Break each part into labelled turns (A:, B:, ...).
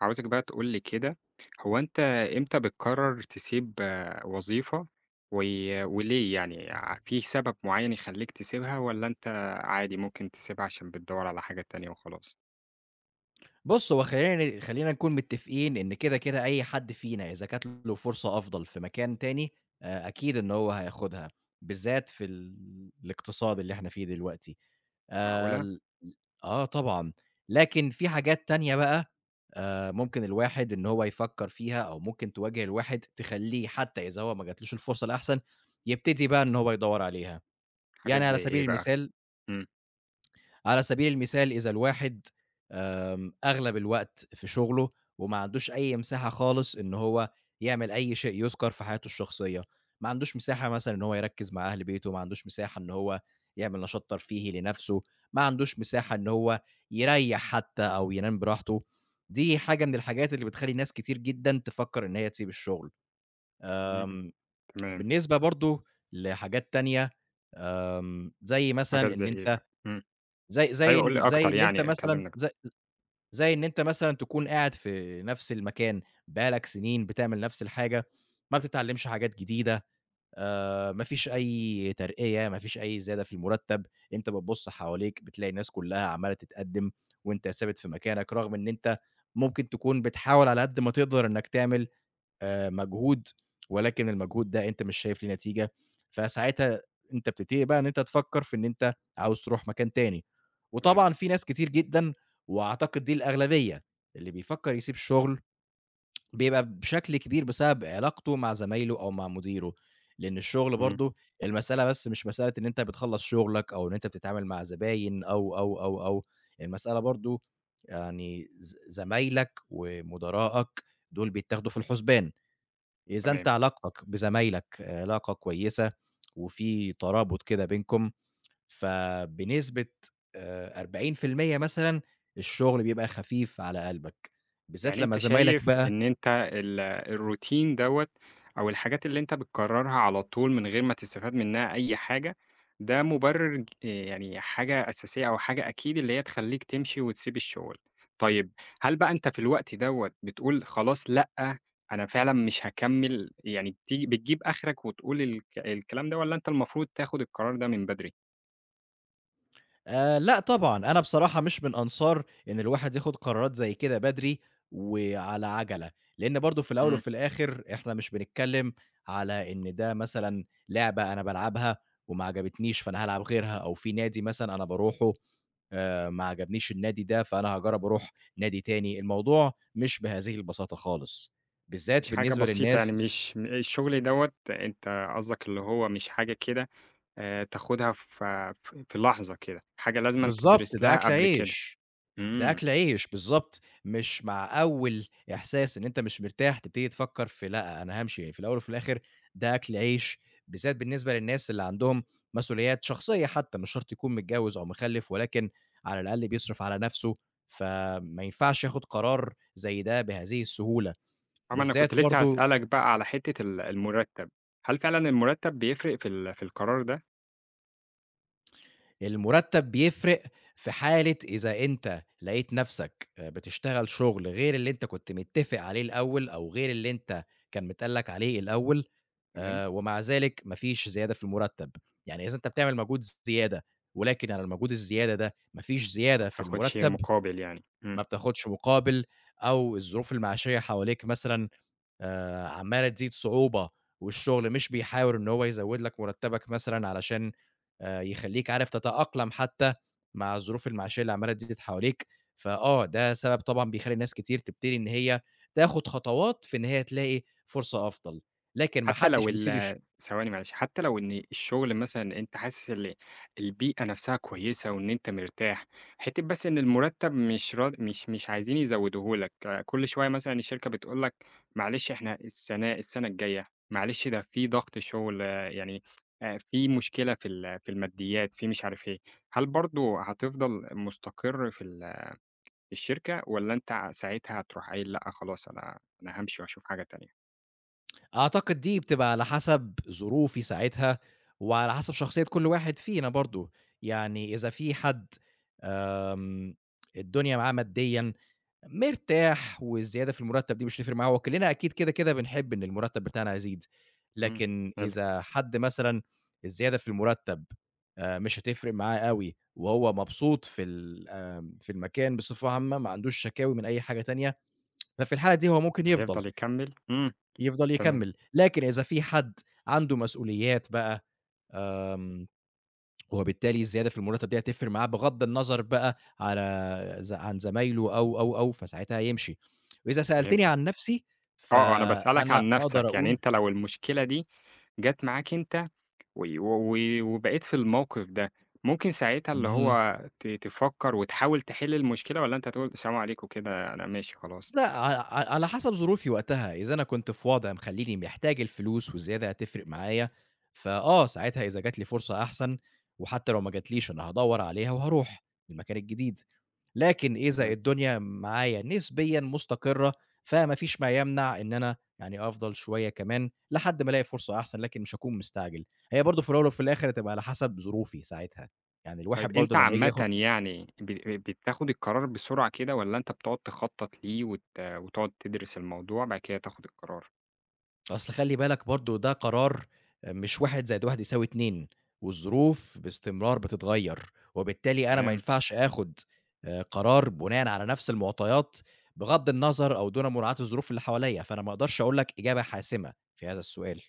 A: عاوزك بقى تقول لي كده، هو أنت إمتى بتقرر تسيب وظيفة و وليه يعني في سبب معين يخلّيك تسيبها والّا أنت عادي ممكن تسيبها عشان بتدوّر على حاجة تانية وخلاص؟
B: بُص، هو خلّينا نكون متّفقين إن كده، أي حد فينا إذا جات له فرصة أفضل في مكان تاني، أكيد إن هو هياخدها، بالذات في الاقتصاد اللي إحنا فيه دلوقتي.
A: معقولة!
B: ال آه طبعًا، لكن في حاجات تانية بقى ممكن الواحد إن هو يفكّر فيها أو ممكن تواجه الواحد تخلّيه حتى إذا هو ما جاتلوش الفرصة الأحسن، يبتدي بقى إن هو يدوّر عليها.
A: حاجات
B: يعني
A: زي
B: على سبيل
A: إيه بقى؟
B: المثال
A: إمم،
B: إذا الواحد أغلب الوقت في شغله وما عندوش أي مساحة خالص إن هو يعمل أي شيء يُذكر في حياته الشخصية، ما عندوش مساحة مثلًا إن هو يركّز مع أهل بيته، ما عندوش مساحة إن هو يعمل نشاط ترفيهي لنَفْسه، ما عندوش مساحة إن هو يريّح حتى أو ينام براحته، دي حاجة من الحاجات اللي بتخلّي ناس كتير جدًا تفكّر إن هي تسيب الشغل.
A: إمم،
B: آمم،
A: تمام،
B: بالنسبة برضه لحاجات تانية، زي
A: حاجات
B: مثلًا
A: زي
B: إن
A: إيه
B: أنت
A: بقى؟ إمم،
B: زي زي
A: أيوه قُل
B: إن
A: لي
B: زي
A: أكتر،
B: إن أنت
A: يعني
B: مثلًا
A: كلّمني أكتر،
B: ز زي إن أنت مثلًا تكون قاعد في نفس المكان بقى لك سنين بتعمل نفس الحاجة، ما بتتعلّمش حاجات جديدة، ما فيش أي ترقية، ما فيش أي زيادة في المرتب، أنت بتبُص حواليك بتلاقي الناس كلّها عمّالة تتقدّم وأنت ثابت في مكانك، رغم إن أنت ممكن تكون بتحاول على قد ما تقدر إنّك تعمل مجهود، ولكن المجهود ده أنت مش شايف ليه نتيجة، فساعتها أنت بتبتدي بقى إن أنت تفكّر في إن أنت عاوز تروح مكان تاني.
A: تمام،
B: وطبعًا في ناس كتير جدًا وأعتقد دي الأغلبية، اللي بيفكّر يسيب الشغل بيبقى بشكل كبير بسبب علاقته مع زمايله أو مع مديره، لإن الشغل
A: إمم،
B: برضه المسألة بس مش مسألة إن أنت بتخلّص شغلك أو إن أنت بتتعامل مع زباين أو، المسألة برضه يعني زمايلك ومدراءك دول بيتاخدوا في الحسبان. إذا
A: تمام.
B: أنت علاقتك بزمايلك آه، علاقة كويسة وفي ترابط كده بينكم، فبنسبة آآ 40% مثلًا الشغل بيبقى خفيف على قلبك، بالذات
A: يعني
B: لمّا
A: أنت
B: زمايلك
A: شايف
B: بقى
A: إن أنت ال الروتين دوّة أو الحاجات اللي أنت بتكررها على طول من غير ما تستفاد منها أي حاجة، ده مبرر يعني حاجة أساسية أو حاجة أكيد اللي هي تخلّيك تمشي وتسيب الشغل. طيب هل بقى أنت في الوقت دوّة بتقول خلاص لأ، أنا فعلًا مش هاكمّل، يعني بتيجي بتجيب آخرك وتقول الكلام ده والّا أنت المفروض تاخد القرار ده من بدري؟
B: لأ طبعًا، أنا بصراحة مش من أنصار إن الواحد ياخد قرارات زي كده بدري وعلى عجلة، لإن برضه في الأول
A: إمم.
B: وفي الآخر إحنا مش بنتكلّم على إن ده مثلًا لعبة أنا بالعبها وما عجبتنيش فأنا هالعب غيرها، أو في نادي مثلًا أنا باروحه ما عجبنيش النادي ده فأنا هاجرّب أروح نادي تاني، الموضوع مش بهذه البساطة خالص،
A: مش
B: بالذات
A: حاجة
B: بالنسبة
A: بسيطة، يعني
B: للناس
A: مش الشغل دوّة أنت قصدك اللي هو مش حاجة كده، تاخدها ف ف في لحظة كده، حاجة لازمًا
B: بالضبط،
A: تدرس
B: ده
A: لها
B: أكل
A: قبل كده.
B: عيش. ده
A: إمم،
B: أكل عيش، بالضبط، مش مع أول إحساس إن أنت مش مرتاح تبتدي تفكّر في لأ، أنا هامشي، في الأول وفي الآخر ده أكل عيش، بالذات بالنسبة للناس اللي عندهم مسؤوليات شخصية حتى، مش شرط يكون متجوّز أو مخلّف ولكن على الأقل بيصرف على نَفْسه، فما ينفعش ياخُد قرار زي ده بهذه السهولة،
A: أما أنا كنت
B: بالذات
A: لسه
B: برضه
A: هاسألك بقى على حتّة المُرتّب، هل فعلًا المُرتّب بيفرق في في القرار ده؟
B: المرتب بيفرق في حالة إذا أنت لقيت نفسك بتشتغل شغل غير اللي أنت كنت متفق عليه الأول، أو غير اللي أنت كان متقال لك عليه الأول،
A: تمام،
B: ومع ذلك ما فيش زيادة في المرتب، يعني إذا أنت بتعمل مجهود زيادة، ولكن على المجهود الزيادة ده ما فيش
A: ما
B: زيادة في
A: بتاخدش
B: المرتب،
A: مقابل يعني. إمم.
B: ما بتاخدش مقابل، أو الظروف المعيشية حواليك مثلًا عمّالة تزيد صعوبة والشغل مش بيحاول إن هو يزوّد لك مُرتّبك مثلًا علشان يخلّيك عارف تتأقلم حتّى مع الظروف المعيشية اللي عمّالة تزيد حواليك، فآه، ده سبب طبعًا بيخلّي ناس كتير تبتدي إن هي تاخُد خطوات في إن هي تلاقي فرصة أفضل، لكن ما
A: حتى لو
B: حدّش بيسيب
A: ثواني معلش، حتى لو إن الشغل مثلًا أنت حاسس البيئة نفسها كويسة وإن أنت مرتاح، حتّة بس إن المرتب مش راض مش مش عايزين يزودوه لك، كل شوية مثلًا الشركة بتقول لك معلش إحنا السنة الجاية، معلش ده في ضغط شغل، يعني في مشكلة في في الماديات، في مش عارف إيه، هل برضه هتفضل مستقر في في الشركة والّا أنت ساعتها هتروح قايل لأ خلاص أنا هامشي وأشوف حاجة تانية؟
B: أعتقد دي بتبقى على حسب ظروفي ساعتها وعلى حسب شخصية كل واحد فينا برضه، يعني إذا في حد آمم الدنيا معاه ماديًا مرتاح والزيادة في المرتب دي مش هتفرق معاه، هو كلّنا أكيد كده، بنحب إن المرتب بتاعنا يزيد،
A: إمم.
B: لكن إذا حد مثلًا الزيادة في المرتب مش هتفرق معاه أوي وهو مبسوط في ال آمم في المكان بصفة عامة، ما عندوش شكاوي من أي حاجة تانية، ففي الحالة دي هو ممكن يفضل،
A: هيفضل يكمّل؟ إمم،
B: يفضل
A: تمام،
B: يكمّل، لكن إذا في حد عنده مسؤوليات بقى آمم وبالتالي الزيادة في المرتب دي هتفرق معاه بغض النظر بقى على ز عن زمايله أو، فساعتها هيمشي. وإذا سألتني
A: فهمتك.
B: عن نفسي،
A: آه، آه، أنا باسألك
B: فأنا
A: عن
B: أقدر
A: نَفْسك، يعني
B: أقول
A: أنت لو المشكلة دي جات معاك أنت وبقيت في الموقِف ده، ممكن ساعتها اللي
B: اهم.
A: هو تفكّر وتحاول تحِل المشكلة، والّا أنت تقول السلام عليكم كده أنا ماشي خلاص،
B: لأ، ع ع على حسب ظروفي وقتها، إذا أنا كنت في وضع مخلّيني محتاج الفلوس والزيادة هتفرق معايا، فآه، ساعتها إذا جات لي فرصة أحسن، وحتى لو ما جاتليش أنا هادوّر عليها وهاروح المكان الجديد، لكن إذا
A: تمام.
B: الدنيا معايا نسبيًا مستقرة، فما فيش ما يمنع إن أنا يعني أفضل شوية كمان لحد ما ألاقي فرصة أحسن، لكن مش هاكون مستعجل، هي برضه في الأول وفي الآخر هتبقى على حسب ظروفي ساعتها، يعني
A: طيب
B: الواحد
A: أنت
B: برضه لمّا ييجي
A: عامةً
B: ياخد
A: يعني بتاخُد القرار بسرعة كده والّا أنت بتقعد تخطّط ليه وتقعد تدرس الموضوع بعد كده تاخُد القرار؟
B: أصل خلّي بالك برضه ده قرار آه، مش 1+1 يساوي 2 والظروف باستمرار بتتغيّر، وبالتالي أنا ما
A: تمام.
B: ينفعش آخُد قرار بناءً على نفس المعطيات بغض النظر أو دون مراعاة الظروف اللي حواليّا، فأنا ما أقدرش أقول لك إجابة حاسمة في هذا السؤال،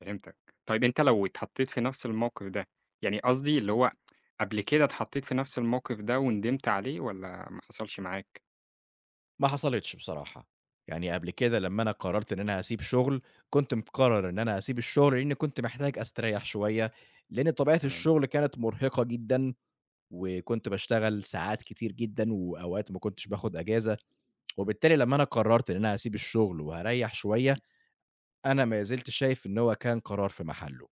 A: فهمتك. طيب أنت لو اتحطيت في نفس الموقف ده، يعني قصدي اللي هو قبل كده اتحطيت في نفس الموقف ده وندمت عليه والّا ما حصلش معاك؟
B: ما حصلتش بصراحة. يعني قبل كده لمّا أنا قررت إن أنا هاسيب شُغل، كنت مقرر إن أنا هاسيب الشُغل لإنّي كنت محتاج أستريّح شوية، لإن طبيعة
A: تمام،
B: الشُغل كانت مرهقة جدًا وكنت باشتغل ساعات كتير جدًا، وأوقات ما كنتش باخد أجازة، وبالتالي لمّا أنا قررت إن أنا هاسيب الشغل وهاريّح شوية، أنا ما زلت شايف إن هو كان قرار في محله.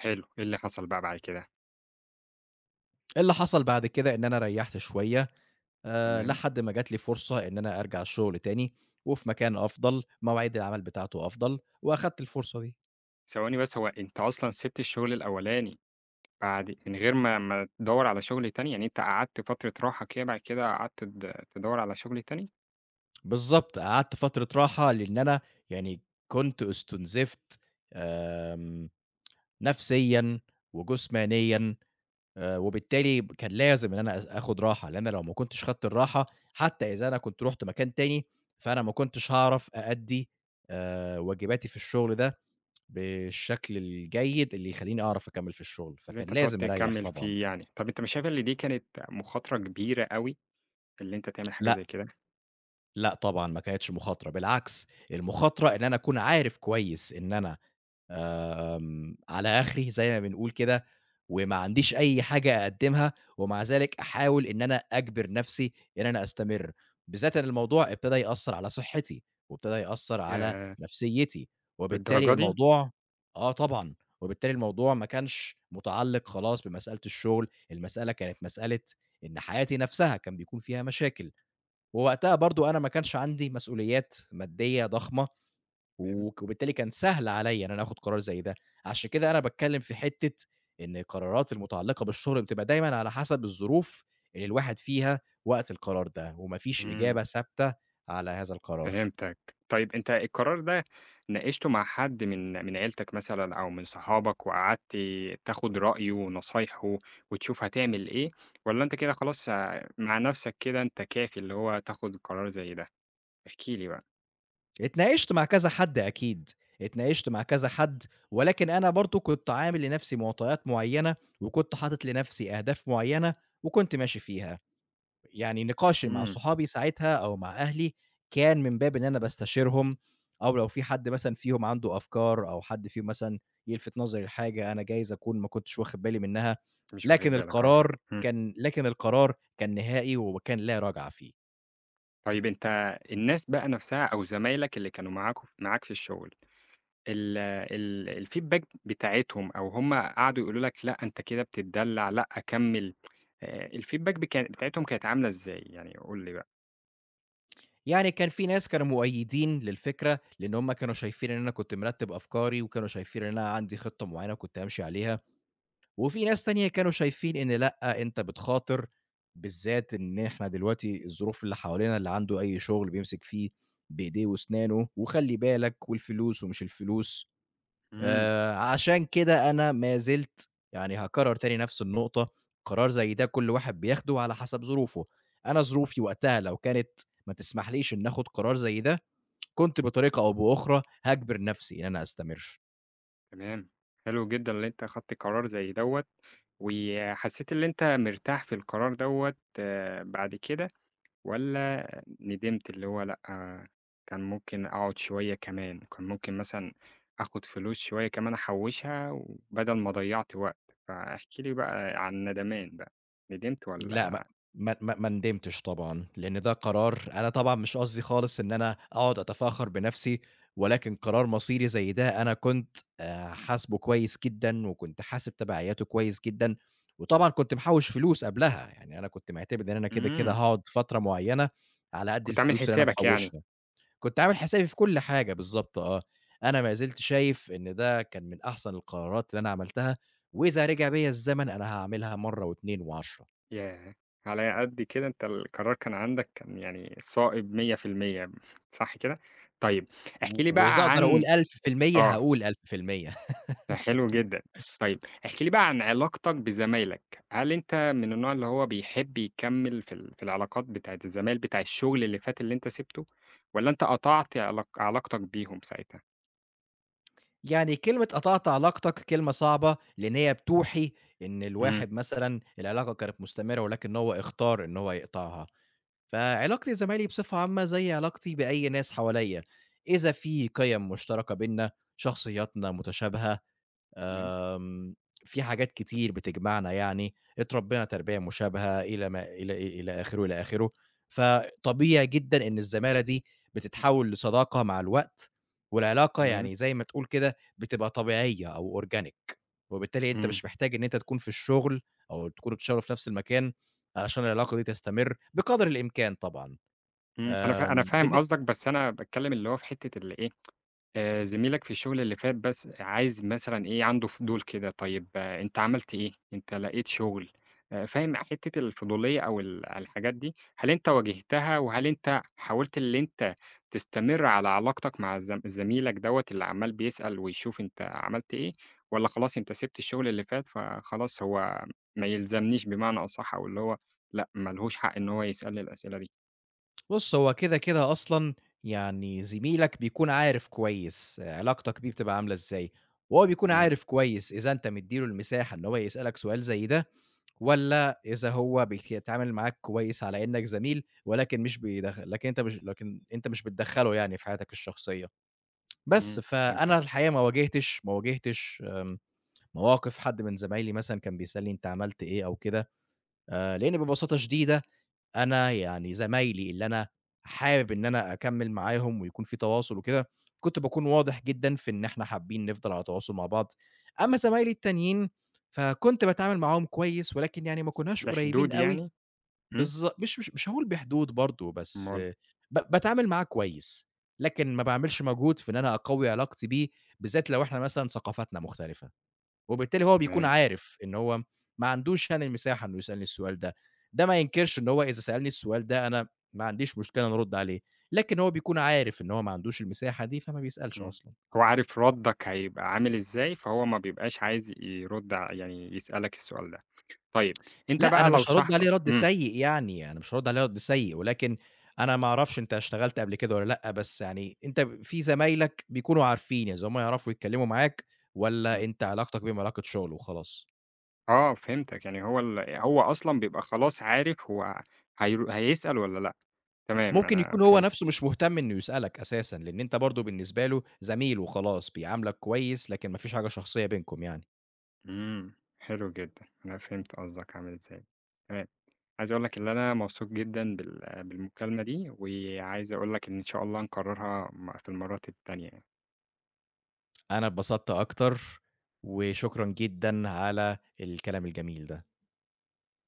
A: حلو، إيه اللي حصل بقى بعد كده؟
B: اللي حصل بعد كده إن أنا ريّحت شوية
A: تمام،
B: لحد ما جات لي فرصة إن أنا أرجع الشغل تاني، وفي مكان أفضل، مواعيد العمل بتاعته أفضل، وأخدت الفرصة دي.
A: ثواني بس، هو أنت أصلًا سِبت الشغل الأولاني بعد من غير ما تدوّر على شغل تاني؟ يعني أنت قعدت فترة راحة كده بعد كده قعدت تدوّر على شغل تاني؟
B: بالضبط، قعدت فترة راحة لإن أنا يعني كنت استُنزفت آمم، نفسيًا وجسمانيًا وبالتالي كان لازم إن أنا آخُد راحة، لإن لو ما كنتش خدت الراحة حتى إذا أنا كنت رُحت مكان تاني، فأنا ما كنتش هاعرف أأدّي واجباتي في الشغل ده بالشكل الجيد اللي يخلّيني أعرف أكمّل في الشغل،
A: اللي
B: فكان
A: أنت تقعد
B: لازم أريّح
A: تكمّل
B: طبعًا.
A: فيه يعني. طب أنت مش شايف إن دي كانت مخاطرة كبيرة أوي، اللي أنت تعمل حاجة
B: لأ،
A: زي كده؟
B: لأ طبعًا ما كانتش مخاطرة، بالعكس المخاطرة إن أنا أكون عارف كويس إن أنا على آخري زي ما بنقول كده، وما عنديش أي حاجة أقدّمها، ومع ذلك أحاول إن أنا أجبر نفسي إن أنا أستمر، بالذات إن الموضوع ابتدى يأثّر على صحتي، وابتدى يأثّر على
A: ياه!
B: نفسيتي، وبالتالي
A: للدرجة دي!
B: الموضوع آه طبعًا، وبالتالي الموضوع ما كانش متعلق خلاص بمسألة الشغل، المسألة كانت مسألة إن حياتي نفسها كان بيكون فيها مشاكل، ووقتها برضه أنا ما كانش عندي مسؤوليات مادية ضخمة،
A: تمام،
B: وبالتالي كان سهل عليّا إن أنا آخُد قرار زي ده، عشان كده أنا باتكلّم في حتّة إن القرارات المتعلّقة بالشغل بتبقى دايمًا على حسب الظروف اللي الواحد فيها وقت القرار ده، وما فيش
A: إمم.
B: إجابة ثابتة على هذا القرار.
A: فهمتك. طيب أنت القرار ده ناقشته مع حد من عيلتك مثلًا أو من صحابك وقعدت تاخد رأيه ونصايحه وتشوف هتعمل إيه، والّا أنت كده خلاص مع نفسك كده أنت كافي اللي هو تاخد قرار زي ده؟ احكِ لي بقى.
B: اتناقشت مع كذا حد أكيد، اتناقشت مع كذا حد، ولكن أنا برضه كنت عامل لنَفْسي معطيات معيّنة، وكنت حاطط لنَفْسي أهداف معيّنة، وكنت ماشي فيها. يعني نقاشي مع
A: اهم،
B: صحابي ساعتها أو مع أهلي، كان من باب إن أنا باستشيرهم، أو لو في حد مثلًا فيهم عنده أفكار أو حد فيهم مثلًا يلفت نظري لحاجة أنا جايز أكون ما كنتش واخد بالي منها،
A: مش واخد بالك آه فعلًا. إمم.
B: لكن القرار كان نهائي وكان لا رجعة فيه.
A: طيب أنت الناس بقى نفسها أو زمايلك اللي كانوا معاك في الشغل ال ال الfeedback بتاعتهم، أو هم قعدوا يقولوا لك لأ، أنت كده بتتدلّع، لأ كمّل، الfeedback بتاعتهم كانت عاملة إزاي؟ يعني قُل لي بقى.
B: يعني كان في ناس كانوا مؤيدين للفكرة، لإن هم كانوا شايفين إن أنا كنت مرتب أفكاري، وكانوا شايفين إن أنا عندي خطة معينة وكنت هامشي عليها. وفي ناس تانية كانوا شايفين إن لأ، أنت بتخاطر، بالذات إن إحنا دلوقتي الظروف اللي حوالينا اللي عنده أي شغل بيمسك فيه بإيديه وأسنانه، وخلّي بالك والفلوس ومش الفلوس،
A: إمم.
B: عشان كده أنا ما زلت يعني هاكرر تاني نفس النقطة، قرار زي ده كل واحد بياخده على حسب ظروفه، أنا ظروفي وقتها لو كانت ما تسمحليش إني آخد قرار زي ده، كنت بطريقة أو بأخرى هاجبر نفسي إن أنا أستمر.
A: تمام، حلو جدًا اللي أنت خدت قرار زي دوّة، وحسّيت اللي أنت مرتاح في القرار دوّة بعد كده؟ والّا ندمت اللي هو لأ، كان ممكن أقعد شوية كمان، كان ممكن مثلًا آخُد فلوس شوية كمان أحوّشها وبدل ما ضيّعت وقت، فاحكِ لي بقى عن الندمان بقى، ندمت
B: لأ،
A: والّا
B: ما ندمتش طبعًا، لإن ده قرار أنا طبعًا مش قصدي خالص إن أنا أقعد أتفاخر بنفسي، ولكن قرار مصيري زي ده أنا كنت حاسبه كويس جدًا، وكنت حاسب تبعياته كويس جدًا، وطبعًا كنت محوّش فلوس قبلها، يعني أنا كنت معتمد إن أنا كده،
A: إمم،
B: هاقعد فترة معيّنة على قد
A: كنت عامل
B: الفلوس اللي أنا
A: حسابك يعني،
B: محوّشها، كنت عامل حسابي في كل حاجة بالضبط آه، أنا ما زلت شايف إن ده كان من أحسن القرارات اللي أنا عملتها، وإذا رجع بيّا الزمن أنا هاعملها مرة و2 و10.
A: ياه! على قد كده أنت القرار كان عندك، كان يعني صائب 100% صح كده؟ طيب احكِ لي
B: وإذا
A: بقى
B: أقدر
A: عن
B: أقول 1000%
A: آه.
B: هاقول 1000%
A: ده حلو جدًا. طيب احكِ لي بقى عن علاقتك بزمايلك، هل أنت من النوع اللي هو بيحب يكمّل في في العلاقات بتاعة الزمايل بتاع الشغل اللي فات اللي أنت سِبته، والّا أنت قطعت علاقتك بيهم ساعتها؟
B: يعني كلمة قطعت علاقتك كلمة صعبة، لإن هي بتوحي إن
A: إمم،
B: الواحد مثلًا العلاقة كانت مستمرة ولكن هو اختار إن هو يقطعها، فعلاقتي بزمايلي بصفة عامة زي علاقتي بأي ناس حواليّا، إذا في قِيَم مشتركة بيننا، شخصياتنا متشابهة
A: تمام،
B: آمم، في حاجات كتير بتجمعنا يعني، اتربينا تربية مشابهة إلى ما إلى إلى آخره، فطبيعي جدًا إن الزمالة دي بتتحول لصداقة مع الوقت، والعلاقة
A: تمام،
B: يعني زي ما تقول كده بتبقى طبيعية أو organic وبالتالي أنت
A: إمم،
B: مش محتاج إن أنت تكون في الشغل أو تكونوا بتشتغلوا في نفس المكان علشان العلاقة دي تستمر بقدر الإمكان طبعًا.
A: إمم، أنا
B: آمم،
A: فاهم
B: بالن
A: قصدك، بس أنا باتكلّم اللي هو في حتّة اللي إيه، زميلك في الشغل اللي فات بس عايز مثلًا إيه، عنده فضول كده، طيب آه، أنت عملت إيه؟ أنت لقيت شغل فاهم حتّة الفضولية أو الحاجات دي، هل أنت واجهتها وهل أنت حاولت اللي أنت تستمر على علاقتك مع زميلك دوّة اللي عمّال بيسأل ويشوف أنت عملت إيه، والّا خلاص أنت سِبت الشغل اللي فات فخلاص هو ما يلزمنيش بمعنى أصح، أو اللي هو لأ، ما لهوش حق إن هو يسألني الأسئلة دي؟
B: بُص، هو كده، أصلًا يعني زميلك بيكون عارف كويس آه، علاقتك بيه بتبقى عاملة إزاي، وهو بيكون
A: تمام،
B: عارف كويس إذا أنت مدّي له المساحة إن هو يسألك سؤال زي ده، والّا إذا هو بيتعامل معاك كويس على إنك زميل، ولكن مش بيدخل لكن أنت مش بتدخّله يعني في حياتك الشخصية. بس،
A: إمم، فهمتك،
B: فأنا الحقيقة ما واجهتش مواقف حد من زمايلي مثلًا كان بيسألني أنت عملت إيه أو كده. لإن ببساطة شديدة أنا يعني زمايلي اللي أنا حابب إن أنا أكمّل معاهم ويكون في تواصل وكده، كنت باكون واضح جدًا في إن إحنا حابين نفضل على تواصل مع بعض، أمّا زمايلي التانيين فكنت باتعامل معاهم كويس، ولكن يعني ما
A: بس
B: كناش قريبين
A: بحدود
B: أوي
A: يعني؟ إمم،
B: مش هاقول بحدود برضه، بس
A: أُمّال
B: آه، باتعامل معاه كويس، لكن ما باعملش مجهود في إن أنا أقوي علاقتي بيه، بالذات لو إحنا مثلًا ثقافاتنا مختلفة. وبالتالي هو بيكون
A: تمام.
B: عارف إن هو ما عندوش يعني المساحة إنه يسألني السؤال ده، ده ما ينكرش إن هو إذا سألني السؤال ده أنا ما عنديش مشكلة إني أرُد عليه، لكن هو بيكون عارف إن هو ما عندوش المساحة دي فما بيسألش
A: إمم.
B: أصلًا.
A: هو عارف ردّك هيبقى عامل إزاي، فهو ما بيبقاش عايز يرُد يعني يسألك السؤال ده. طيب، أنت
B: لأ،
A: بقى
B: أنا
A: لو
B: مش هارُد
A: صاحبك
B: عليه رَد
A: إمم،
B: سيء يعني، أنا مش هارُد عليه رَد سيء، ولكن أنا ما أعرفش أنت اشتغلت قبل كده والّا لأ، بس يعني أنت في زمايلك بيكونوا عارفين، يعني هم يعرفوا يتكلموا معاك
A: إمم.
B: والّا أنت علاقتك بيهم علاقة شغل وخلاص؟
A: آه فهمتك، يعني هو أصلًا بيبقى خلاص عارف هو هيسأل والّا لأ. تمام
B: ممكن
A: أنا
B: يكون هو
A: فهمت.
B: نفسه مش مهتم إنه يسألك أساسًا، لإن أنت برضه بالنسبة له زميل وخلاص، بيعاملك كويس، لكن ما فيش حاجة شخصية بينكم يعني.
A: إمم، حلو جدًا، أنا فهمت قصدك عامل إزاي. تمام. عايز أقول لك إن أنا مبسوط جدًا بالمكالمة دي، وعايز أقول لك إن إن شاء الله نكررها في المرات التانية يعني.
B: أنا اتبسطت أكتر، وشكرًا جدًا على الكلام الجميل ده.